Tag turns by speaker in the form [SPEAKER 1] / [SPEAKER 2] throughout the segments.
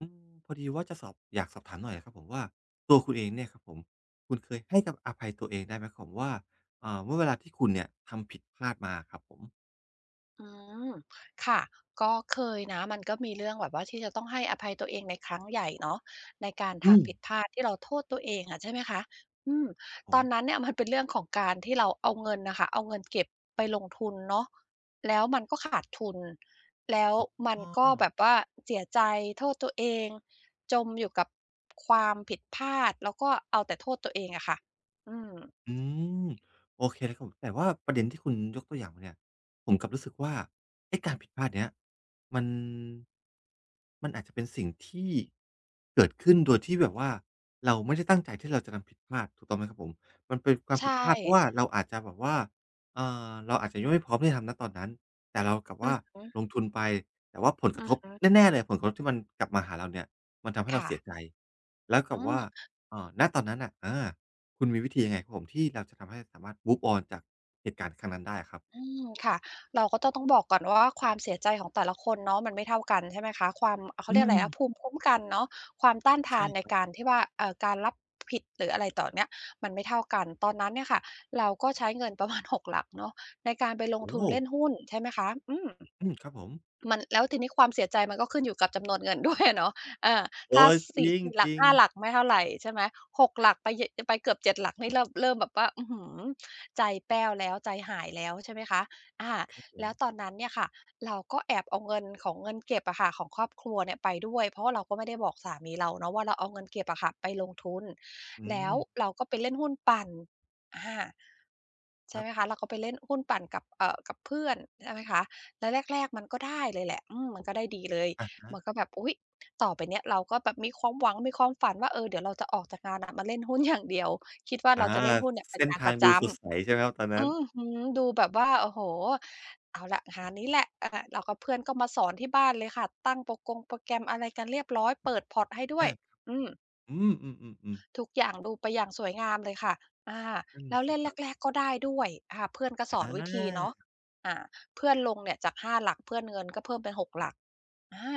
[SPEAKER 1] พอดีว่าจะสอบอยากสอบถามหน่อยอะครับผมว่าตัวคุณเองเนี่ยครับผมคุณเคยให้กับอภัยตัวเองได้ไหมครบผมว่าเมื่อเวลาที่คุณเนี่ยทำผิดพลาดมาครับผม
[SPEAKER 2] อืมค่ะก็เคยนะมันก็มีเรื่องแบบว่าที่จะต้องให้อภัยตัวเองในครั้งใหญ่เนาะในการ
[SPEAKER 1] อืม
[SPEAKER 2] ทำผิดพลาดที่เราโทษตัวเองอะใช่ไหมคะอืม
[SPEAKER 1] ครับผ
[SPEAKER 2] ตอ
[SPEAKER 1] ม
[SPEAKER 2] นนั้นเนี่ยมันเป็นเรื่องของการที่เราเอาเงินน่ะค่ะเอาเงินเก็บไปลงทุนเนาะแล้วมันก็ขาดทุนแล้วมัน
[SPEAKER 1] อ๋อ
[SPEAKER 2] ก็แบบว่าเสียใจโทษตัวเองจมอยู่กับความผิดพลาดแล้วก็เอาแต่โทษตัวเองอะค่ะอืม
[SPEAKER 1] อืมโอเคเลยครับผมแต่ว่าประเด็นที่คุณยกตัวอย่างมาเนี่ยผมกลับรู้สึกว่าไอ้การผิดพลาดเนี้ยมันมันอาจจะเป็นสิ่งที่เกิดขึ้นโดยที่แบบว่าเราไม่ได้ตั้งใจที่เราจะทำผิดพลาดถูกต้องไหมครับผมมันเป็นความ
[SPEAKER 2] ใช่
[SPEAKER 1] ผิดพลาดเพราะว่าเราอาจจะแบบว่าเอ่อเราอาจจะยังไม่พร้อมที่จะทำณตอนนั้นแต่เรากลับ
[SPEAKER 2] อื
[SPEAKER 1] ว่า
[SPEAKER 2] อฮึ
[SPEAKER 1] ลงทุนไปแต่ว่าผลก
[SPEAKER 2] อื
[SPEAKER 1] ระ
[SPEAKER 2] อ
[SPEAKER 1] ทบ
[SPEAKER 2] ฮึ
[SPEAKER 1] แน่ๆเลยผลกระทบที่มันกลับมาหาเราเนี่ยมันทำให้เรา
[SPEAKER 2] ค่ะ
[SPEAKER 1] เสียใจแล้ว
[SPEAKER 2] อื
[SPEAKER 1] กับว่า
[SPEAKER 2] ม
[SPEAKER 1] ณตอนนั้นน่ะอา คุณมีวิธียังไงครับผมที่เราจะทำให้สามารถ move on จากเหตุการณ์ครั้งนั้นได้อะครับ
[SPEAKER 2] อืมค่ะเราก็จะต้องบอกก่อนว่าความเสียใจของแต่ละคนเนาะมันไม่เท่ากันใช่ไหมคะความเขา
[SPEAKER 1] อื
[SPEAKER 2] เรียกอะ
[SPEAKER 1] ม
[SPEAKER 2] ไรนะภูมิคุ้มกันเนาะความต้านทา
[SPEAKER 1] ใช่
[SPEAKER 2] นใน
[SPEAKER 1] ครั
[SPEAKER 2] การ
[SPEAKER 1] บ
[SPEAKER 2] ที่ว่าการรับผิดหรืออะไรต่อเนี่ยมันไม่เท่ากันตอนนั้นเนี่ยค่ะเราก็ใช้เงินประมาณ หกหลักเนาะในการไปลง
[SPEAKER 1] โอ้
[SPEAKER 2] ทุ
[SPEAKER 1] โฮ
[SPEAKER 2] นเล่นหุ้นใช่ไหมคะอืม
[SPEAKER 1] อืมครับผม
[SPEAKER 2] มันแล้วทีนี้ความเสียใจมันก็ขึ้นอยู่กับจำนวนเงินด้วยอะเนาะ อา
[SPEAKER 1] โอ
[SPEAKER 2] ถ้า
[SPEAKER 1] อจ
[SPEAKER 2] สี่
[SPEAKER 1] ริง
[SPEAKER 2] 4ห
[SPEAKER 1] จ
[SPEAKER 2] ลัก
[SPEAKER 1] ริง
[SPEAKER 2] ห้า
[SPEAKER 1] ๆ
[SPEAKER 2] หลักไม่เท่าไรใช่ไหมหกหลักไปเยอะไปเกือบเจ็ดหลักนี่เริ่มแบบว่าอื้อฮือใจแป้วแล้วใจหายแล้วใช่ไหมคะอา
[SPEAKER 1] ครับผม
[SPEAKER 2] แล้วตอนนั้นเนี่ยค่ะเราก็แอบเอาเงินของเงินเก็บอะค่ะของครอบครัวเนี่ยไปด้วยเพราะว่าเราก็ไม่ได้บอกสามีเราเนาะว่าเราเอาเงินเก็บอะค่ะไปลงทุน
[SPEAKER 1] อื
[SPEAKER 2] แล้
[SPEAKER 1] ม
[SPEAKER 2] วเราก็ไปเล่นหุ้นปั่นอา
[SPEAKER 1] ค
[SPEAKER 2] ใช่
[SPEAKER 1] รั
[SPEAKER 2] ไห
[SPEAKER 1] บ
[SPEAKER 2] มคะเราก็ไปเล่นหุ้นปั่นกับกับเพื่อนใช่ไหมคะ แล้วแรกๆมันก็ได้เลยแหละอืมมันก็ได้ดีเลย
[SPEAKER 1] อะฮะ
[SPEAKER 2] มันก็แบบอุ๊ยต่อไปเนี้ยเราก็แบบมีความหวังมีความฝันว่าเออเดี๋ยวเราจะออกจากงานอะมาเล่นหุ้นอย่างเดียว คิดว่าเรา
[SPEAKER 1] อา
[SPEAKER 2] จะเล่นหุ้นเนี่ยเป็น
[SPEAKER 1] เส้น
[SPEAKER 2] งานป
[SPEAKER 1] ทาง
[SPEAKER 2] ระจ
[SPEAKER 1] ดูสดใสใช่ไหมครับตอน
[SPEAKER 2] ำอื
[SPEAKER 1] นั้น
[SPEAKER 2] อฮึดูแบบว่าโอ้โฮเอาล่ะงานนี้แหละอาเรากับเพื่อนก็มาสอนที่บ้านเลยค่ะ ตั้งโปรแกรมอะไรกันเรียบร้อยเปิดพอร์ตให้ด้วย
[SPEAKER 1] อา
[SPEAKER 2] อืม
[SPEAKER 1] อืมๆๆๆ
[SPEAKER 2] ทุกอย่างดูไปอย่างสวยงามเลยค่ะอา
[SPEAKER 1] นั่น
[SPEAKER 2] แล้
[SPEAKER 1] น่ะ
[SPEAKER 2] ว
[SPEAKER 1] สิ
[SPEAKER 2] เล่น
[SPEAKER 1] ครับ
[SPEAKER 2] แรกๆก็ได้ด้วยอาเพื่อนก็สอ
[SPEAKER 1] อ
[SPEAKER 2] นวิธี
[SPEAKER 1] า
[SPEAKER 2] เนาะอ่าเพื่อนลงเนี่ยจาก5หลักเพื่อนเงินก็เพิ่มเป็น6หลักอา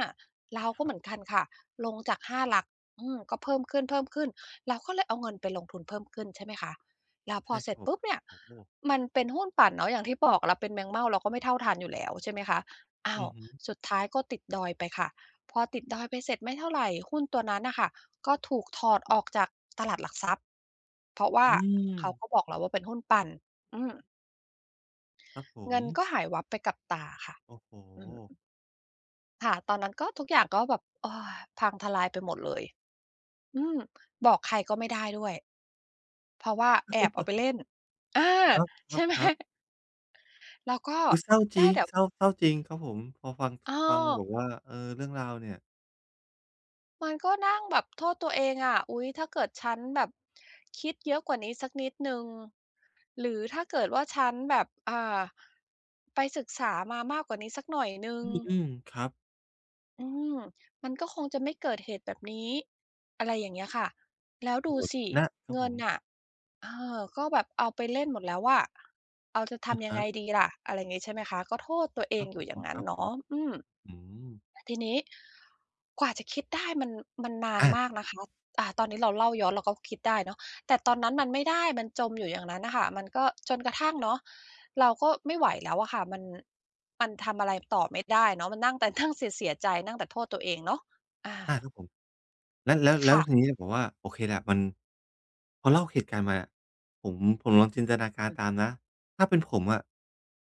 [SPEAKER 2] เรา
[SPEAKER 1] ค
[SPEAKER 2] ก็เห
[SPEAKER 1] รั
[SPEAKER 2] มือน
[SPEAKER 1] บ
[SPEAKER 2] กันค่ะลงจาก5หลักอืมก็เพิ่มขึ้นๆเราก็เลยเอาเงินไปลงทุนเพิ่มขึ้นใช่ไหมคะแล้วพอ
[SPEAKER 1] ใช่
[SPEAKER 2] เสร็
[SPEAKER 1] ค
[SPEAKER 2] จ
[SPEAKER 1] รับผม
[SPEAKER 2] ปุ๊บเนี่ย
[SPEAKER 1] โอ้โฮ
[SPEAKER 2] มันเป็นหุ้นปั่นเนาะอย่างที่บอกเราเป็นแมงเม่าเราก็ไม่เท่าทันอยู่แล้วใช่ไหมคะอ้า
[SPEAKER 1] อื
[SPEAKER 2] ว
[SPEAKER 1] อฮึ
[SPEAKER 2] สุดท้ายก็ติดดอยไปค่ะ พอติดดอยไปเสร็จไม่เท่าไหรหุ้นตัวนั้นน่ะค่ะก็ถูกถอดออกจากตลาดหลักทรัพย์เพราะว่า
[SPEAKER 1] อืม
[SPEAKER 2] เขาก็บอกเราว่าเป็นหุ้นปั่นอืม
[SPEAKER 1] ครับผม
[SPEAKER 2] เงินก็หายวับไปกับตาค่ะ
[SPEAKER 1] โอ้โฮ
[SPEAKER 2] อืมค่ะตอนนั้นก็ทุกอย่างก็แบบโอ๊ยพังทลายไปหมดเลยอืมบอกใครก็ไม่ได้ด้วยเพราะว่าแอบเอาไปเล่นอา
[SPEAKER 1] คร
[SPEAKER 2] ใช่ไหม
[SPEAKER 1] ับๆ ๆ
[SPEAKER 2] แล้วก็
[SPEAKER 1] อุ๊ยเศร้าจริ
[SPEAKER 2] ได้
[SPEAKER 1] ง
[SPEAKER 2] แต่
[SPEAKER 1] เศร้าเศร้าจริงครับผมพอฟัง
[SPEAKER 2] เอ
[SPEAKER 1] ฟัง
[SPEAKER 2] อ
[SPEAKER 1] แบบว่าเออเรื่องราวเนี่ย
[SPEAKER 2] มันก็นั่งแบบโทษตัวเองอะอุ๊ยถ้าเกิดฉันแบบคิดเยอะกว่านี้สักนิดหนึ่งหรือถ้าเกิดว่าฉันแบบไปศึกษามามากกว่านี้สักหน่อยหนึ่ง
[SPEAKER 1] อืมอืมครับ
[SPEAKER 2] อืมมันก็คงจะไม่เกิดเหตุแบบนี้อะไรอย่างเงี้ยค่ะแล้วดู
[SPEAKER 1] โอ้โฮ
[SPEAKER 2] สิ
[SPEAKER 1] นะครับผ
[SPEAKER 2] เงิน
[SPEAKER 1] ม
[SPEAKER 2] น่ะเอก็แบบเอาไปเล่นหมดแล้วอะเอาจะ
[SPEAKER 1] อะ
[SPEAKER 2] ทำยังไง
[SPEAKER 1] ฮะ
[SPEAKER 2] ดีล่ะอะไรอย่างงี้ใช่ไหมคะก็โทษตัวเอ
[SPEAKER 1] ค
[SPEAKER 2] ง
[SPEAKER 1] รับ
[SPEAKER 2] อ
[SPEAKER 1] ผ
[SPEAKER 2] ยู่อย่า
[SPEAKER 1] ม
[SPEAKER 2] งงั้
[SPEAKER 1] ค
[SPEAKER 2] น
[SPEAKER 1] รับผม
[SPEAKER 2] เนาะอืม
[SPEAKER 1] อืม
[SPEAKER 2] ทีนี้กว่าจะคิดได้มันนาน
[SPEAKER 1] อา
[SPEAKER 2] มากนะคะอ่าตอนนี้เราเล่าย้อนเราก็คิดได้เนาะแต่ตอนนั้นมันไม่ได้มันจมอยู่อย่างนั้นน่ะค่ะมันก็จนกระทั่งเนาะเราก็ไม่ไหวแล้วอะค่ะมันทำอะไรต่อไม่ได้เนาะมันนั่งแต่นั่งเสียใจนั่งแต่โทษตัวเองเนาะอา
[SPEAKER 1] อาครับผมแล้วแล้วแล้ว
[SPEAKER 2] ค่ะ
[SPEAKER 1] ทีนี้แบบว่าโอเคแหละมันพอเล่าเหตุการณ์มาอะผมผมลองจินตนาการตามนะถ้าเป็นผมอะ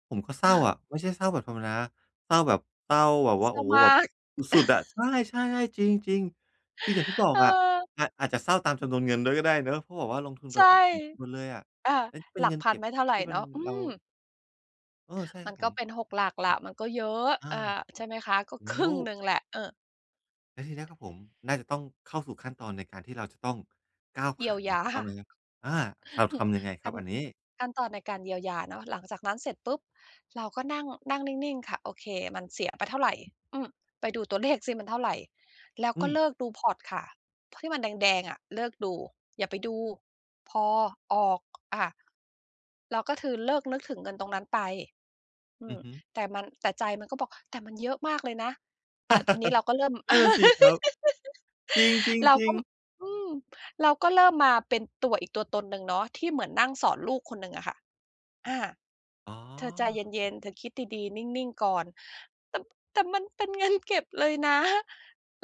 [SPEAKER 1] ผมก็เศร้าอะไม่ใช่เศร้าแบบธรรมดาเศร้าแบบเศร้าแบบ
[SPEAKER 2] เศ
[SPEAKER 1] ว่า
[SPEAKER 2] ร้า
[SPEAKER 1] โอ้โฮ
[SPEAKER 2] มา
[SPEAKER 1] แบบ
[SPEAKER 2] ก
[SPEAKER 1] สุดๆอะใช่ๆๆจริงๆคืออย่างที่บอ
[SPEAKER 2] เ
[SPEAKER 1] กอะ
[SPEAKER 2] ออ
[SPEAKER 1] อาอาจจะเศร้าตามจำนวนเงินด้วยก็ได้เนาะเพราะแบบว่าลงทุนไป
[SPEAKER 2] ใช่
[SPEAKER 1] พอสมควรเลยอะ
[SPEAKER 2] อ่า
[SPEAKER 1] แล้วเป็
[SPEAKER 2] ห
[SPEAKER 1] น
[SPEAKER 2] ลัก
[SPEAKER 1] เงิน
[SPEAKER 2] พัน
[SPEAKER 1] เก็บ
[SPEAKER 2] ไม่เท่าไร
[SPEAKER 1] ที่มัน
[SPEAKER 2] เนาะอื
[SPEAKER 1] เรา
[SPEAKER 2] ม
[SPEAKER 1] เออใช่ค
[SPEAKER 2] มั
[SPEAKER 1] รั
[SPEAKER 2] น
[SPEAKER 1] บผ
[SPEAKER 2] ก็
[SPEAKER 1] ม
[SPEAKER 2] เป็นหกหลักล้มันก็เยอะ
[SPEAKER 1] อา
[SPEAKER 2] อาใช่ไหมคะก็ค
[SPEAKER 1] แล้
[SPEAKER 2] รึ่
[SPEAKER 1] ว
[SPEAKER 2] งหนึ่งแหละเออ
[SPEAKER 1] แล้วทีเนี้ยครับผมน่าจะต้องเข้าสู่ขั้นตอนในการที่เราจะต้องก้าว
[SPEAKER 2] เยีย
[SPEAKER 1] ผ่า
[SPEAKER 2] ว
[SPEAKER 1] นแล้ว
[SPEAKER 2] ยา
[SPEAKER 1] ถูกต้องไหมครับอาเราทำยังไง ครั
[SPEAKER 2] ขั้
[SPEAKER 1] บ
[SPEAKER 2] น
[SPEAKER 1] อันนี้
[SPEAKER 2] ขั้นตอนในการเยียวยาเนาะหลังจากนั้นเสร็จปุ๊บเราก็นั่งนั่งนิ่งๆค่ะโอเคมันเสียไปเท่าไรอืมไปดูตัวเลขสิมันเท่าไรแล้ว
[SPEAKER 1] อื
[SPEAKER 2] ก็
[SPEAKER 1] ม
[SPEAKER 2] เลิกดูพอร์ตค่ะที่มันแดงๆอะเลิกดูอย่าไปดูพอออกอ่าเราก็คือเลิกนึกถึงเงินตรงนั้นไปอื
[SPEAKER 1] อื
[SPEAKER 2] ม
[SPEAKER 1] อฮึ
[SPEAKER 2] แต่มันแต่ใจมันก็บอกแต่มันเยอะมากเลยนะอ่าทีนี้เราก็เริ่ม
[SPEAKER 1] นั่นน่ะสิครับ จริ
[SPEAKER 2] เราก็
[SPEAKER 1] งๆๆ
[SPEAKER 2] อืม เราก็เริ่มมาเป็นตัวตนหนึ่งเนาะที่เหมือนนั่งสอนลูกคนหนึ่งอะค่ะอา
[SPEAKER 1] อ๋อ
[SPEAKER 2] เธอใจเย็นๆเธอคิดดีๆนิ่งๆก่อนแต่แต่มันเป็นเงินเก็บเลยนะ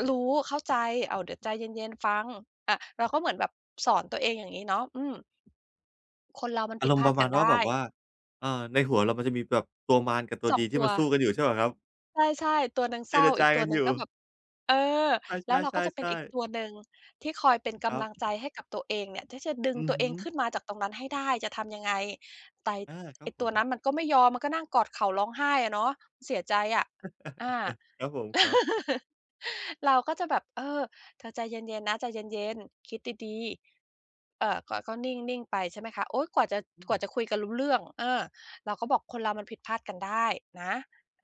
[SPEAKER 2] รู้เข้าใจอ้าวเดี๋ยวใจเย็นๆฟังอะเราก็เหมือนแบบสอนตัวเองอย่างงี้เนาะอืมคนเรามัน
[SPEAKER 1] อา
[SPEAKER 2] ผิด
[SPEAKER 1] รม
[SPEAKER 2] พ
[SPEAKER 1] ณ์
[SPEAKER 2] ลา
[SPEAKER 1] ป
[SPEAKER 2] ด
[SPEAKER 1] ระ
[SPEAKER 2] กั
[SPEAKER 1] มา
[SPEAKER 2] น
[SPEAKER 1] ณว่าแบ
[SPEAKER 2] ได้
[SPEAKER 1] บว่าเอ่อในหัวเรามันจะมีแบบตัวมารกับตัว
[SPEAKER 2] 2
[SPEAKER 1] ดีที่
[SPEAKER 2] ตัว
[SPEAKER 1] มันสู้กันอยู่ใช่เปล่าครับ
[SPEAKER 2] ใช่ๆตัวนางเศ
[SPEAKER 1] เจ
[SPEAKER 2] ร้า
[SPEAKER 1] ร
[SPEAKER 2] อีก
[SPEAKER 1] จา
[SPEAKER 2] ตั
[SPEAKER 1] กั
[SPEAKER 2] ว
[SPEAKER 1] น
[SPEAKER 2] หนึ่
[SPEAKER 1] อ
[SPEAKER 2] ง
[SPEAKER 1] ยู่
[SPEAKER 2] ก็แบบเออ
[SPEAKER 1] ใ
[SPEAKER 2] แล้วเรา
[SPEAKER 1] ช
[SPEAKER 2] ก็จะเป็น
[SPEAKER 1] ่
[SPEAKER 2] อีก
[SPEAKER 1] ๆๆ
[SPEAKER 2] ตัว
[SPEAKER 1] ๆ
[SPEAKER 2] หนึ่งที่คอยเป็น
[SPEAKER 1] ครั
[SPEAKER 2] กำ
[SPEAKER 1] บ
[SPEAKER 2] ลังใจให้กับตัวเองเนี่ยที่จะดึง
[SPEAKER 1] อือ
[SPEAKER 2] ตัวเอ
[SPEAKER 1] ฮึ
[SPEAKER 2] งขึ้นมาจากตรงนั้นให้ได้จะทำยังไงแต่
[SPEAKER 1] อาครั
[SPEAKER 2] ไอ้
[SPEAKER 1] บผ
[SPEAKER 2] ตัว
[SPEAKER 1] ม
[SPEAKER 2] นั้นมันก็ไม่ยอมมันก็นั่งกอดเข่าร้องไห้อะเนาะเสียใจอะอา
[SPEAKER 1] ครับผมครับ
[SPEAKER 2] เราก็จะแบบเออเธอใจเย็นๆนะใจเย็นๆคิดดีๆก็นิ่งๆไปใช่ไหมคะโอ๊ยกว่าจะ
[SPEAKER 1] อื
[SPEAKER 2] ก
[SPEAKER 1] ม
[SPEAKER 2] ว่าจะคุยกันรู้เรื่องเออเราก็บอกคนเรามันผิดพลาดกันได้นะ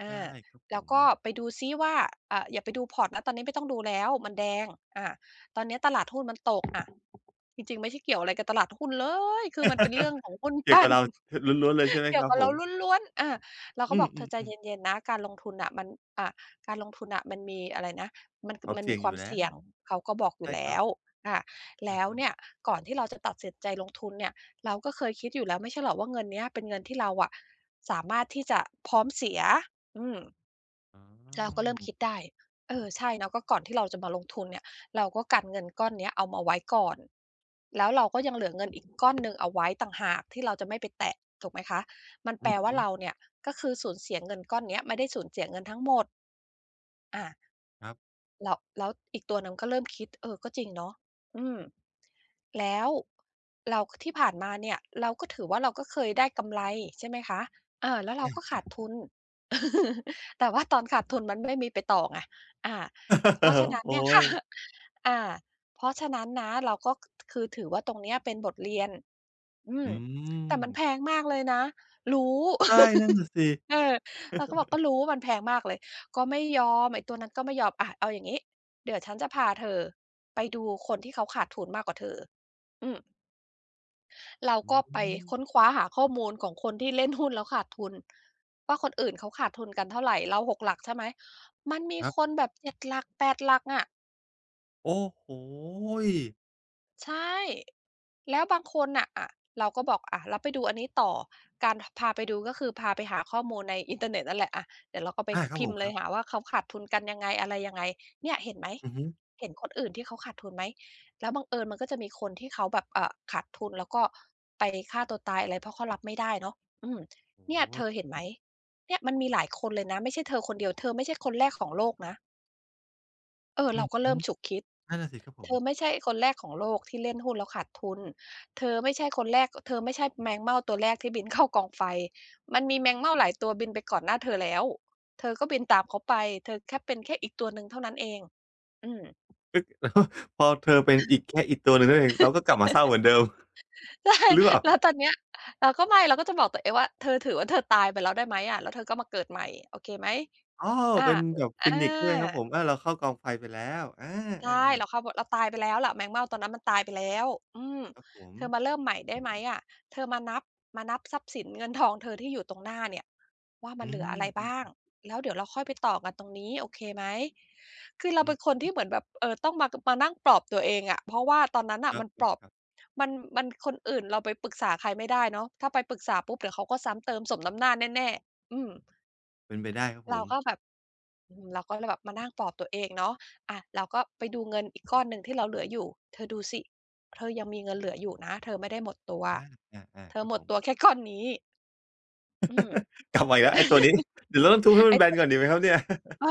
[SPEAKER 2] อา
[SPEAKER 1] ใช่ครับผ
[SPEAKER 2] แล้ว
[SPEAKER 1] ม
[SPEAKER 2] ก็ไปดูซิว่าเอ่าอย่าไปดูพอร์ตนะ ตอนนี้ไม่ต้องดูแล้ว มันแดงอาตอนเนี้ยตลาดหุ้นมันตกอะจริงๆไม่ใช่เกี่ยวอะไรกับตลาดหุ้นเลยคือมันเป็นเรื่องของหุ้น
[SPEAKER 1] เกี่ยว
[SPEAKER 2] ปั่
[SPEAKER 1] กับ
[SPEAKER 2] น
[SPEAKER 1] เราทล้วนๆเลยใช่ไห ม
[SPEAKER 2] เกี่
[SPEAKER 1] ค
[SPEAKER 2] ยว
[SPEAKER 1] รับ
[SPEAKER 2] กับ
[SPEAKER 1] ผ
[SPEAKER 2] เรา
[SPEAKER 1] ม
[SPEAKER 2] ล้วนๆอาเราก็
[SPEAKER 1] อื
[SPEAKER 2] บ
[SPEAKER 1] ม
[SPEAKER 2] อกเธอใจ
[SPEAKER 1] ๆๆ
[SPEAKER 2] เย็นๆนะการลงทุนน่ะมันอ่าการลงทุนน่ะมันมีอะไรนะ
[SPEAKER 1] ความ
[SPEAKER 2] มัน
[SPEAKER 1] เสี่
[SPEAKER 2] มี
[SPEAKER 1] ยง
[SPEAKER 2] ค
[SPEAKER 1] อ
[SPEAKER 2] วา
[SPEAKER 1] ยู่
[SPEAKER 2] ม
[SPEAKER 1] แล้
[SPEAKER 2] เสี่
[SPEAKER 1] ว
[SPEAKER 2] ยงเขาก็บอกอยู่
[SPEAKER 1] ใช่ค
[SPEAKER 2] แล้
[SPEAKER 1] รับ
[SPEAKER 2] วค่ะ
[SPEAKER 1] อะ
[SPEAKER 2] แล้วเนี่
[SPEAKER 1] ฮะ
[SPEAKER 2] ยก่อนที่เราจะตัดสินใจลงทุนเนี่ยเราก็เคยคิดอยู่แล้วไม่ใช่เหรอว่าเงินเนี้ยเป็นเงินที่เราอะสามารถที่จะพร้อมเสียอืม
[SPEAKER 1] อ๋
[SPEAKER 2] เราก็
[SPEAKER 1] อ
[SPEAKER 2] เริ่มคิดได้ เออใช่เนาะก็ก่อนที่เราจะมาลงทุนเนี่ยเราก็กันเงินก้อนเนี้ยเอามาไว้ก่อนแล้วเราก็ยังเหลือเงินอีกก้อนหนึ่งเอาไว้ต่างหากที่เราจะไม่ไปแตะถูกไหมคะมันแป
[SPEAKER 1] อื
[SPEAKER 2] ล
[SPEAKER 1] อ
[SPEAKER 2] ว่า
[SPEAKER 1] ฮึ
[SPEAKER 2] เราเนี่ยก็คือสูญเสียเงินก้อนเนี้ยไม่ได้สูญเสียเงินทั้งหมดอา
[SPEAKER 1] ครับ
[SPEAKER 2] แล้วอีกตัวหนึ่งก็เริ่มคิดเออก็จริงเนาะอืมแล้วเราที่ผ่านมาเนี่ยเราก็ถือว่าเราก็เคยได้กำไรใช่ไหมคะเออแล้วเราก็ขาดทุน แต่ว่าตอนขาดทุนมันไม่มีไปต่อไงอ่าเพราะฉะนั้ น
[SPEAKER 1] โอ๊
[SPEAKER 2] เนี่ย
[SPEAKER 1] ย
[SPEAKER 2] ค่ะอ่าเพราะฉะนั้นนะเราก็คือถือว่าตรงเนี้ยเป็นบทเรียน อืม
[SPEAKER 1] อืม
[SPEAKER 2] แต่มันแพ
[SPEAKER 1] ครั
[SPEAKER 2] ง
[SPEAKER 1] บ
[SPEAKER 2] มากเลยนะรู้
[SPEAKER 1] ใช่นั่นน่ะ สิ
[SPEAKER 2] เออเราก็บอกก็รู้ว่ามันแพงมากเลยก็ไม่ยอมไอ้ตัวนั้นก็ไม่ยอมอะเอาอย่างนี้เดี๋ยวฉันจะพาเธอไปดูคนที่เขาขาดทุนมากกว่าเธออืมเรา
[SPEAKER 1] อื
[SPEAKER 2] ก็ไปค้น
[SPEAKER 1] ม
[SPEAKER 2] คว้าหาข้อมูลของคนที่เล่นหุ้นแล้วขาดทุนว่าคนอื่นเขาขาดทุนกันเท่าไหร่เราหกหลักใช่ไหมมันมี
[SPEAKER 1] ครั
[SPEAKER 2] คน
[SPEAKER 1] บ
[SPEAKER 2] แบบเจ็ดหลัก8หลักอะ
[SPEAKER 1] โอ้โฮ
[SPEAKER 2] ใช่แล้วบางคนน่ะอะเราก็บอกอะเราไปดูอันนี้ต่อการพาไปดูก็คือพาไปหาข้อมูลในอินเทอร์เน็ตนั่นแหละอะเดี๋ยวเราก็ไป
[SPEAKER 1] อาครับ
[SPEAKER 2] พิ
[SPEAKER 1] ผ
[SPEAKER 2] ม
[SPEAKER 1] ม
[SPEAKER 2] พ์
[SPEAKER 1] ค
[SPEAKER 2] เลย
[SPEAKER 1] รับ
[SPEAKER 2] หาว่าเขาขาดทุนกันยังไงอะไรยังไงเนี่ยเห็นไหม
[SPEAKER 1] อือฮึ
[SPEAKER 2] เห็นคนอื่นที่เขาขาดทุนไหมแล้วบังเอิญมันก็จะมีคนที่เขาแบบขาดทุนแล้วก็ไปฆ่าตัวตายอะไรเพราะเขารับไม่ได้เนาะอืม
[SPEAKER 1] โอ้
[SPEAKER 2] เนี่ย
[SPEAKER 1] โฮ
[SPEAKER 2] เธอเห็นไหมเนี่ยมันมีหลายคนเลยนะไม่ใช่เธอคนเดียวเธอไม่ใช่คนแรกของโลกนะเออ
[SPEAKER 1] อื
[SPEAKER 2] เรา
[SPEAKER 1] อ
[SPEAKER 2] ก็
[SPEAKER 1] ฮึ
[SPEAKER 2] เริ่มฉุกคิด
[SPEAKER 1] นั่นน่ะสิครับผ
[SPEAKER 2] เธ
[SPEAKER 1] ม
[SPEAKER 2] อไม่ ใช่คนแรกของโลกที่เล่นหุ้นแล้วขาดทุน เธอไม่ใช่คนแรกเธอไม่ใช่แมงเม่าตัวแรกที่บินเข้ากองไฟ มันมีแมงเม่าหลายตัวบินไปก่อนหน้าเธอแล้ว เธอก็บินตามเขาไป เธอแค่เป็นแค่อีกตัวหนึ่งเท่านั้นเองอืม
[SPEAKER 1] แล้วพอเธอเป็นอีกแค่อีกตัวหนึ่งนั่นเองเราก็กลับมาเศร้าเหมือนเดิม
[SPEAKER 2] ใช่
[SPEAKER 1] หรือเปล่า
[SPEAKER 2] แล้วตอนเนี้ยเราก็จะบอกตัวเองว่าเธอถือว่าเธอตายไปแล้วได้ไหมอะแล้วเธอก็มาเกิดใหม่โอเคไหม
[SPEAKER 1] อ้อ
[SPEAKER 2] อา
[SPEAKER 1] เป็นแบบ
[SPEAKER 2] อา
[SPEAKER 1] ฟีนิกซ์ด้วยครับผมอาเราเข้ากองไฟไปแล้วอาอา
[SPEAKER 2] ใช่
[SPEAKER 1] ๆ
[SPEAKER 2] เราตายไปแล้วล่ะแมงเม่าตอนนั้นมันตายไปแล้วอืม
[SPEAKER 1] ครับผม
[SPEAKER 2] เธอมาเริ่มใหม่ได้ไหมอะเธอมานับมานับทรัพย์สินเงินทองเธอที่อยู่ตรงหน้าเนี่ยว่ามัน
[SPEAKER 1] อื
[SPEAKER 2] เหลือ
[SPEAKER 1] ม
[SPEAKER 2] อะไร
[SPEAKER 1] อื
[SPEAKER 2] บ้าง
[SPEAKER 1] อ
[SPEAKER 2] แล้วเดี๋ยวเราค่อยไปต่อกันตรงนี้โอเคไหมคือเรา
[SPEAKER 1] อื
[SPEAKER 2] เป็นค
[SPEAKER 1] อ
[SPEAKER 2] นที่เหมือนแบบต้องมานั่งปลอบตัวเองอะเพราะว่าตอนนั้น
[SPEAKER 1] ค
[SPEAKER 2] น่ะ
[SPEAKER 1] ร
[SPEAKER 2] มันปลอบ
[SPEAKER 1] ับๆๆ
[SPEAKER 2] มันคนอื่นเราไปปรึกษาใครไม่ได้เนาะถ้าไปปรึกษาปุ๊บเดี๋ยวเขาก็ซ้ำเติมสมน้ำหน้าแน่ๆอืม
[SPEAKER 1] เป็นไปได้ครับผ
[SPEAKER 2] เรา
[SPEAKER 1] ม
[SPEAKER 2] ก็แบบอืมเราก็เลยแบบมานั่งปลอบตัวเองเนาะอะเราก็ไปดูเงินอีกก้อนหนึ่งที่เราเหลืออยู่เธอดูสิเธอยังมีเงินเหลืออยู่นะเธอไม่ได้หมดตัว
[SPEAKER 1] อาอา
[SPEAKER 2] เธ
[SPEAKER 1] ๆค
[SPEAKER 2] อ
[SPEAKER 1] รับ
[SPEAKER 2] หม
[SPEAKER 1] ผ
[SPEAKER 2] ด
[SPEAKER 1] ม
[SPEAKER 2] ตัวแค่ก้อนนี้ อืม
[SPEAKER 1] กลับมาอีกแล้วไอ้ตัวนี้เดี๋ยวเราต้องทุบให้มั
[SPEAKER 2] ไอ้
[SPEAKER 1] นแบ
[SPEAKER 2] ตั
[SPEAKER 1] น
[SPEAKER 2] ว
[SPEAKER 1] ก่อ
[SPEAKER 2] นี้
[SPEAKER 1] นดีไหมครับเนี่ย
[SPEAKER 2] เออ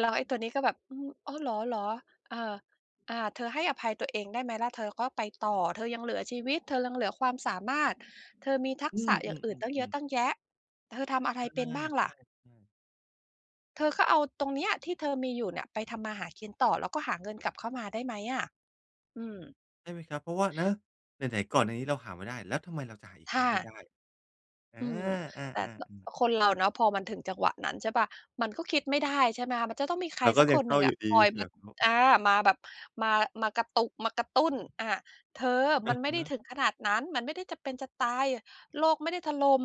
[SPEAKER 2] แล้วไอ้ตัวนี้ก็แบบอืมอ๋อเหรอเหรอเออเธอให้อภัยตัวเองได้ไหมล่ะเธอก็ไปต่อเธอยังเหลือชีวิตเธอยังเหลือความสามารถเธอมีทัก
[SPEAKER 1] อืม
[SPEAKER 2] ษะอย่างอื่นตั้งเยอะ
[SPEAKER 1] ๆๆ
[SPEAKER 2] ตั้ง
[SPEAKER 1] ๆ
[SPEAKER 2] แยะเธอทำอะไร
[SPEAKER 1] ใช
[SPEAKER 2] เป็นบ้างล่ะ
[SPEAKER 1] ่ๆๆ
[SPEAKER 2] เธอก็เอาตรงเนี้ยที่เธอมีอยู่เนี่ยไปทำมาหากินต่อแล้วก็หาเงินกลับเข้ามาได้ไหมอะอืม
[SPEAKER 1] ใช่ไหมครับเพราะว่านะไหนๆก่อนอันนี้เราหามาได้แล้วทำไมเราจะหาอีกครั้
[SPEAKER 2] ถ้า
[SPEAKER 1] งไม่ได้อา
[SPEAKER 2] อืม
[SPEAKER 1] อ
[SPEAKER 2] แต่
[SPEAKER 1] าๆ
[SPEAKER 2] คนเราเนาะพอมันถึงจังหวะนั้นใช่เปล่ามันก็คิดไม่ได้ใช่ไหมคะมันจะต้องมีใคร
[SPEAKER 1] เรา
[SPEAKER 2] สั
[SPEAKER 1] ก็
[SPEAKER 2] กค
[SPEAKER 1] ยัง
[SPEAKER 2] นห
[SPEAKER 1] เศ
[SPEAKER 2] นึ่
[SPEAKER 1] ร้า
[SPEAKER 2] ง
[SPEAKER 1] อ
[SPEAKER 2] อะ
[SPEAKER 1] ยู่
[SPEAKER 2] ค
[SPEAKER 1] ดี
[SPEAKER 2] อย
[SPEAKER 1] เหร
[SPEAKER 2] มา
[SPEAKER 1] อครั
[SPEAKER 2] อา
[SPEAKER 1] บ
[SPEAKER 2] มาแบบมามากระตุกมากระตุ้นอาเธอมั
[SPEAKER 1] อะ
[SPEAKER 2] นไม่ได้
[SPEAKER 1] ฮะ
[SPEAKER 2] ถึงขนาดนั้นมันไม่ได้จะเป็นจะตายโลกไม่ได้ถล่ม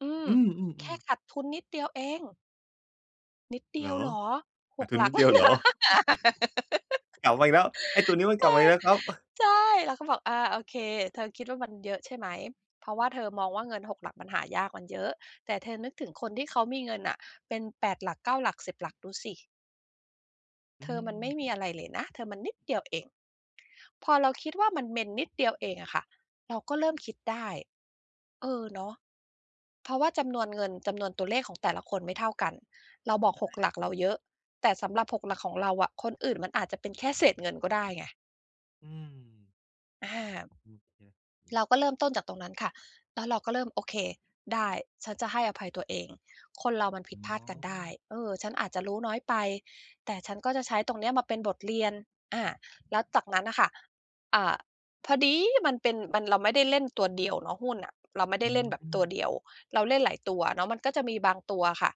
[SPEAKER 2] อืม
[SPEAKER 1] อืม
[SPEAKER 2] แค่
[SPEAKER 1] ๆ
[SPEAKER 2] ขาด
[SPEAKER 1] ๆ
[SPEAKER 2] ทุนนิดเดียวเองนิดเดี
[SPEAKER 1] เหร
[SPEAKER 2] ยว
[SPEAKER 1] อ
[SPEAKER 2] เหรอห
[SPEAKER 1] ขาด
[SPEAKER 2] ก
[SPEAKER 1] ทุ
[SPEAKER 2] ห
[SPEAKER 1] น
[SPEAKER 2] ลั
[SPEAKER 1] นิ
[SPEAKER 2] ก
[SPEAKER 1] ด
[SPEAKER 2] เล
[SPEAKER 1] เดีย
[SPEAKER 2] ย
[SPEAKER 1] วเหรอ
[SPEAKER 2] นะ
[SPEAKER 1] กลับมาอีกแล้วไอ้ตัวนี้มันก
[SPEAKER 2] เอ
[SPEAKER 1] ลับมา
[SPEAKER 2] อ
[SPEAKER 1] อีกแล้วครับ
[SPEAKER 2] ใช่เราก็บอกอาโอเคเธอคิดว่ามันเยอะใช่ไหมเพราะว่าเธอมองว่าเงินหกหลักมันหายากมันเยอะแต่เธอนึกถึงคนที่เขามีเงินน่ะเป็นแปดหลักเก้าหลักสิบหลักดูสิ
[SPEAKER 1] อื
[SPEAKER 2] เธอมันไม่มี
[SPEAKER 1] ม
[SPEAKER 2] อะไรเลยนะเธอมันนิดเดียวเองพอเราคิดว่ามันเป็นนิดเดียวเองอะค่ะเราก็เริ่มคิดได้เออเนาะเพราะว่าจำนวนเงินจำนวนตัวเลขของแต่ละคนไม่เท่ากันเราบอกหกหลั
[SPEAKER 1] ค
[SPEAKER 2] ก
[SPEAKER 1] รั
[SPEAKER 2] เราเย
[SPEAKER 1] บ
[SPEAKER 2] อะแต่สำหรับหกหลักของเราอะคนอื่นมันอาจจะเป็นแค่เศษเงินก็ได้ไง
[SPEAKER 1] อืม
[SPEAKER 2] อา
[SPEAKER 1] โอเคอือ
[SPEAKER 2] เราก็เริ่มต้นจากตรงนั้นค่ะแล้วเราก็เริ่มโอเคได้ฉันจะให้อภัยตัวเองคนเรามันผิ
[SPEAKER 1] อ๋
[SPEAKER 2] ดพลาดกันได้
[SPEAKER 1] อ
[SPEAKER 2] เออฉันอาจจะรู้น้อยไปแต่ฉันก็จะใช้ตรงเนี้ยมาเป็นบทเรียนอาแล้วจากนั้นน่ะค่ะอ่าพอดีมันเป็นมันเราไม่ได้เล่นตัวเดียวเนาะหุ้นน่ะเราไม่ได้
[SPEAKER 1] อื
[SPEAKER 2] เล่นแบบตัวเดีย
[SPEAKER 1] ม
[SPEAKER 2] วเราเล่นหลายตัวเนาะมันก็จะมีบางตัวค่ะ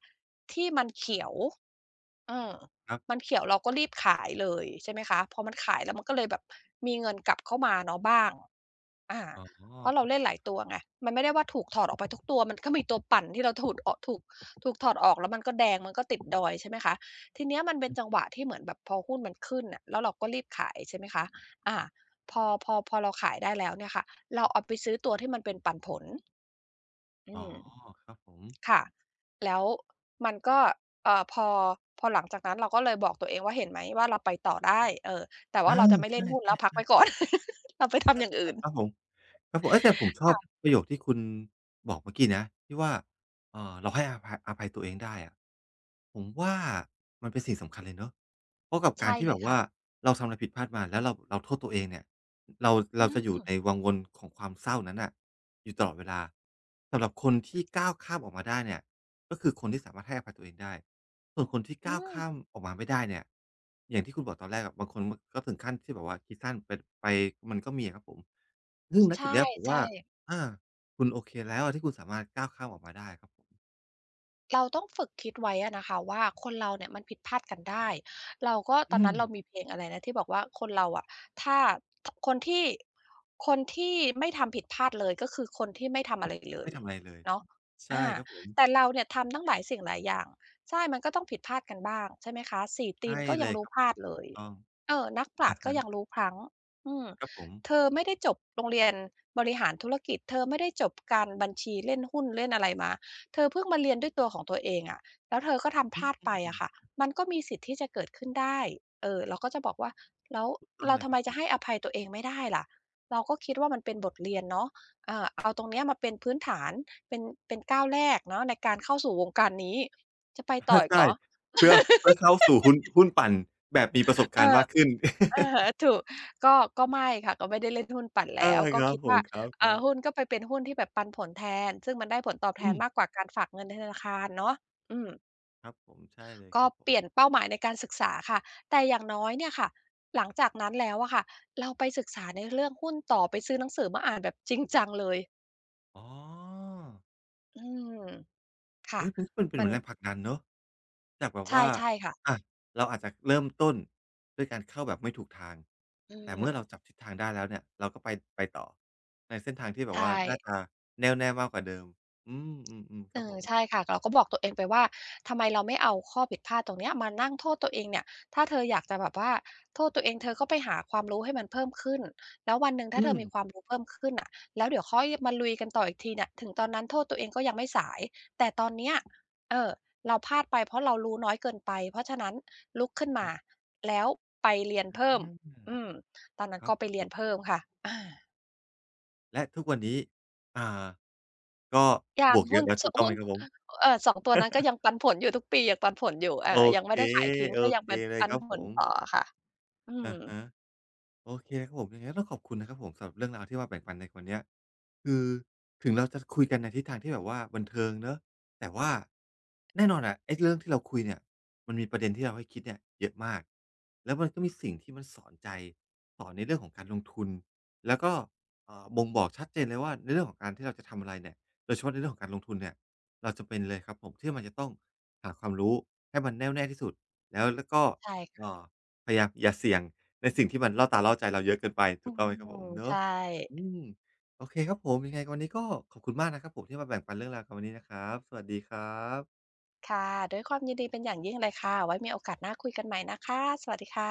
[SPEAKER 2] ที่มันเขียวเออ
[SPEAKER 1] ครั
[SPEAKER 2] มัน
[SPEAKER 1] บ
[SPEAKER 2] เขียวเราก็รีบขายเลยใช่ไหมคะพอมันขายแล้วมันก็เลยแบบมีเงินกลับเข้ามาเนาะบ้าง อา
[SPEAKER 1] อ๋อ
[SPEAKER 2] เพราะ
[SPEAKER 1] ค
[SPEAKER 2] เรา
[SPEAKER 1] รับ
[SPEAKER 2] เล่นหลายตัวไงมันไม่ได้ว่าถูกถอดออกไปทุกตัวมันก็มีตัวปั่นที่เราถูดอถูกถูกถอดออกแล้วมันก็แดงมันก็ติดดอยใช่ไหมคะทีเนี้ยมันเป็นจังหวะที่เหมือนแบบพอหุ้นมันขึ้นน่ะแล้วเราก็รีบขายใช่ไหมคะอาพอเราขายได้แล้วเนี่ยค่ะเราเอาไปซื้อตัวที่มันเป็นปันผลอื
[SPEAKER 1] อ๋อ
[SPEAKER 2] ม
[SPEAKER 1] ครับผม
[SPEAKER 2] ค่ะแล้วมันก็เอ่อพอพอหลังจากนั้นเราก็เลยบอกตัวเองว่าเห็นไหมว่าเราไปต่อได้เออแต่ว่า
[SPEAKER 1] อา
[SPEAKER 2] เราจะไม่เล่
[SPEAKER 1] ใช่
[SPEAKER 2] นหุ้นแล้วพักไว้ก่อ
[SPEAKER 1] ๆ
[SPEAKER 2] น เราไปทำอย่าง
[SPEAKER 1] ๆ
[SPEAKER 2] อื่
[SPEAKER 1] อา
[SPEAKER 2] น
[SPEAKER 1] ครับผม ครับผมเอ๊ยแต่ผมชอบ
[SPEAKER 2] ค่ะ
[SPEAKER 1] ประโยคที่คุณบอกเมื่อกี้นะที่ว่าเราให้อภัยตัวเองได้อะผมว่ามันเป็นสิ่งสำคัญเลยเนาะเพราะกับกา
[SPEAKER 2] ใช่
[SPEAKER 1] รที่
[SPEAKER 2] เล
[SPEAKER 1] แบ
[SPEAKER 2] ย
[SPEAKER 1] บว่า
[SPEAKER 2] ค่ะ
[SPEAKER 1] เราทำอะไรผิดพลาดมาแล้วเราโทษตัวเองเนี่ยเรา
[SPEAKER 2] อื
[SPEAKER 1] เราจะอยู่
[SPEAKER 2] ม
[SPEAKER 1] ในวังวนของความเศร้านั้นน่ะอยู่ตลอดเวลาสำหรับคนที่ก้าวข้ามออกมาได้เนี่ยก็คือคนที่สามารถให้อภัยตัวเองได้ส่วนคนที่
[SPEAKER 2] อื
[SPEAKER 1] ก้าวข้าม
[SPEAKER 2] ม
[SPEAKER 1] ออกมาไม่ได้เนี่ยอย่างที่คุณบอกตอนแรกอะบางคนมก็ถึงขั้นที่แบบว่าคิดสั้นไปมันก็มีอะครับผม ซึ่งณจุ
[SPEAKER 2] ใช่
[SPEAKER 1] ดเนี้ยผม
[SPEAKER 2] ใช่
[SPEAKER 1] ว่าอาคุณโอเคแล้วอะที่คุณสามารถก้าวข้ามออกมาได้ครับผม
[SPEAKER 2] เราต้องฝึกคิดไว้อะนะคะว่าคนเราเนี่ยมันผิดพลาดกันได้เราก็ตอ
[SPEAKER 1] อื
[SPEAKER 2] นนั้
[SPEAKER 1] ม
[SPEAKER 2] นเรามีเพลงอะไรนะที่บอกว่าคนเราอะถ้าคนที่คนที่ไม่ทำผิดพลาดเลยก็คือคนที่ไม่ทำอะไรเล
[SPEAKER 1] ไม่
[SPEAKER 2] ย
[SPEAKER 1] ทำอะไรเลย
[SPEAKER 2] เนาะ
[SPEAKER 1] ใช่
[SPEAKER 2] อา
[SPEAKER 1] ครับผม
[SPEAKER 2] แต่เราเนี่ยทำตั้งหลายสิ่งหลายอย่างใช่มันก็ต้องผิดพลาดกันบ้างใช่ไหมคะสี่ตี
[SPEAKER 1] ใช่
[SPEAKER 2] นก็
[SPEAKER 1] เล
[SPEAKER 2] ยัง
[SPEAKER 1] ยค
[SPEAKER 2] รู้
[SPEAKER 1] รับ
[SPEAKER 2] พลาด
[SPEAKER 1] ถ
[SPEAKER 2] เล
[SPEAKER 1] ูก
[SPEAKER 2] ย
[SPEAKER 1] ต้อง
[SPEAKER 2] เออนักปรา
[SPEAKER 1] อะ
[SPEAKER 2] ชญ์ก็
[SPEAKER 1] ฮะ
[SPEAKER 2] ยังรู้พลั้งอืม
[SPEAKER 1] ครับผม
[SPEAKER 2] เธอไม่ได้จบโรงเรียนบริหารธุรกิจเธอไม่ได้จบการบัญชีเล่นหุ้นเล่นอะไรมา เธอเพิ่งมาเรียนด้วยตัวของตัวเองอะแล้วเธอก็ทำพ
[SPEAKER 1] อื
[SPEAKER 2] ลาด
[SPEAKER 1] ม
[SPEAKER 2] ไปอะค่ะมันก็มีสิทธิ์ที่จะเกิดขึ้นได้เออเราก็จะบอกว่าแล้ว
[SPEAKER 1] ถูกต้อง
[SPEAKER 2] เรา
[SPEAKER 1] เลย
[SPEAKER 2] ทำ
[SPEAKER 1] ค
[SPEAKER 2] ไม
[SPEAKER 1] รับผ
[SPEAKER 2] จะ
[SPEAKER 1] ม
[SPEAKER 2] ให้อภัยตัวเองไม่ได้ล่ะเราก็คิดว่ามันเป็นบทเรียนเนาะเอาตรงเนี้ยมาเป็นพื้นฐาน เป็นเป็นก้าวแรกเนาะในการเข้าสู่วงการนี้ จะไป ต่อ
[SPEAKER 1] อา
[SPEAKER 2] อีกเหร
[SPEAKER 1] ใช่
[SPEAKER 2] อ
[SPEAKER 1] เพื่อเพื่อเข้าสู่หุ้นปั่นแบบมีประสบ
[SPEAKER 2] เออ
[SPEAKER 1] การณ์มากขึ้น
[SPEAKER 2] อะ ฮะถูกก็ก็ไม่ค่ะ ก็ไม่ได้เล่นหุ้นปั่นแล้
[SPEAKER 1] อา
[SPEAKER 2] วก็
[SPEAKER 1] ครับ
[SPEAKER 2] คิด
[SPEAKER 1] ผม
[SPEAKER 2] ว่า
[SPEAKER 1] คร
[SPEAKER 2] เอ่
[SPEAKER 1] ับๆ
[SPEAKER 2] หุ้นก็ไปเป็นหุ้นที่แบบปันผลแทนซึ่งมันได้ผลตอบแท
[SPEAKER 1] อื
[SPEAKER 2] นมาก
[SPEAKER 1] ม
[SPEAKER 2] กว่าการฝากเงินในธนาคารเนาะอืม
[SPEAKER 1] ครับผมใช่เลยค
[SPEAKER 2] ก็
[SPEAKER 1] รับผ
[SPEAKER 2] เป
[SPEAKER 1] ม
[SPEAKER 2] ลี่ยนเป้าหมายในการศึกษาค่ะ แต่อย่างน้อยเนี่ยค่ะ หลังจากนั้นแล้วอะค่ะ เราไปศึกษาในเรื่องหุ้นต่อไปซื้อหนังสือมาอ่านแบบจริงจังเลย
[SPEAKER 1] อ๋อ
[SPEAKER 2] อืมค่ะ
[SPEAKER 1] เฮ้ยมันเป็น
[SPEAKER 2] มั
[SPEAKER 1] เห
[SPEAKER 2] น
[SPEAKER 1] มือนแรงผลักดันเนาะจากแบบ
[SPEAKER 2] ใช่
[SPEAKER 1] ว่า
[SPEAKER 2] ใช่ค่ะ
[SPEAKER 1] อะเราอาจจะเริ่มต้นด้วยการเข้าแบบไม่ถูกทาง
[SPEAKER 2] อื
[SPEAKER 1] แต่
[SPEAKER 2] ม
[SPEAKER 1] เมื่อเราจับทิศทางได้แล้วเนี่ยเราก็ไปต่อในเส้นทางที่แบบว่า
[SPEAKER 2] ใช่
[SPEAKER 1] น่าจะแน่วแน่มากกว่าเดิมอืมๆๆค
[SPEAKER 2] เอ
[SPEAKER 1] รับผ
[SPEAKER 2] อ
[SPEAKER 1] ม
[SPEAKER 2] ใช่ค่ะเราก็บอกตัวเองไปว่าทำไมเราไม่เอาข้อผิดพลาดตรงเนี้ยมานั่งโทษตัวเองเนี่ยถ้าเธออยากจะแบบว่าโทษตัวเองเธอก็ไปหาความรู้ให้มันเพิ่มขึ้นแล้ววันหนึ่งถ้า
[SPEAKER 1] อื
[SPEAKER 2] เธอ
[SPEAKER 1] ม
[SPEAKER 2] มีความรู้เพิ่มขึ้นน่ะแล้วเดี๋ยวค่อยมาลุยกันต่ออีกทีเนี่ยถึงตอนนั้นโทษตัวเองก็ยังไม่สายแต่ตอนเนี้ยเออเราพลาดไปเพราะเรารู้น้อยเกินไปเพราะฉะนั้นลุกขึ้น
[SPEAKER 1] ค
[SPEAKER 2] มา
[SPEAKER 1] รับ
[SPEAKER 2] แล้วไปเรียน
[SPEAKER 1] อ
[SPEAKER 2] เพิ่มอื
[SPEAKER 1] า
[SPEAKER 2] มตอนนั้
[SPEAKER 1] ค
[SPEAKER 2] น
[SPEAKER 1] รั
[SPEAKER 2] ก็
[SPEAKER 1] บ
[SPEAKER 2] ไป
[SPEAKER 1] ผ
[SPEAKER 2] เรียน
[SPEAKER 1] ม
[SPEAKER 2] เพิ่มค่ะอา
[SPEAKER 1] และทุกวันนี้อ่าก็
[SPEAKER 2] ยั
[SPEAKER 1] บ
[SPEAKER 2] ง
[SPEAKER 1] วกเยอะแล้วถูกต้อง
[SPEAKER 2] หุ้
[SPEAKER 1] ไหม
[SPEAKER 2] น
[SPEAKER 1] ครับผม
[SPEAKER 2] 2ตัวนั้นก็ยังปันผลอยู่ทุกปียังปันผลอยู่
[SPEAKER 1] โอ
[SPEAKER 2] ยัง
[SPEAKER 1] เค
[SPEAKER 2] ไม่ได้ขายทิ้ง
[SPEAKER 1] โอ
[SPEAKER 2] ก็ยัง
[SPEAKER 1] เค
[SPEAKER 2] เป็น
[SPEAKER 1] เลย
[SPEAKER 2] ปั
[SPEAKER 1] ค
[SPEAKER 2] น
[SPEAKER 1] รับ
[SPEAKER 2] ผ
[SPEAKER 1] ผ
[SPEAKER 2] ล
[SPEAKER 1] ม
[SPEAKER 2] ต่อค่ะอืม
[SPEAKER 1] อะฮะโอเคครับผมยังไงก็ต้องขอบคุณนะครับผมสำหรับเรื่องราวที่มาแบ่งปันในวันเนี้ย คือถึงเราจะคุยกันในทิศทางที่แบบว่าบันเทิงเนอะแต่ว่าแน่นอนอะไอ้เรื่องที่เราคุยเนี่ยมันมีประเด็นที่เราให้คิดเนี่ยเยอะมากแล้วมันก็มีสิ่งที่มันสอนใจสอนในเรื่องของการลงทุนแล้วก็บ่งบอกชัดเจนเลยว่าในเรื่องของการที่เราจะทำอะไรเนี่ยโดยเฉพาะในเรื่องของการลงทุนเนี่ยเราจำเป็นเลยครับผมที่มันจะต้องหาความรู้ให้มันแน่วแน่ที่สุดแล้วก็
[SPEAKER 2] ใช่ค่ะ
[SPEAKER 1] เอ่อพยายามอย่าเสี่ยงในสิ่งที่มันล่อตาล่อใจเราเยอะเกินไป
[SPEAKER 2] อื
[SPEAKER 1] ถูกต้องไหมค
[SPEAKER 2] ม
[SPEAKER 1] รับผมเนาะ
[SPEAKER 2] ใช่
[SPEAKER 1] อืม โอเคครับผมยังไงวันนี้ก็ขอบคุณมากนะครับผมที่มาแบ่งปันเรื่องราวกันวันนี้นะครับสวัสดีครับ
[SPEAKER 2] ค่ะด้วยความยินดีเป็นอย่างยิ่งเลยค่ะไว้มีโอกาสหน้าคุยกันใหม่นะคะสวัสดีค่ะ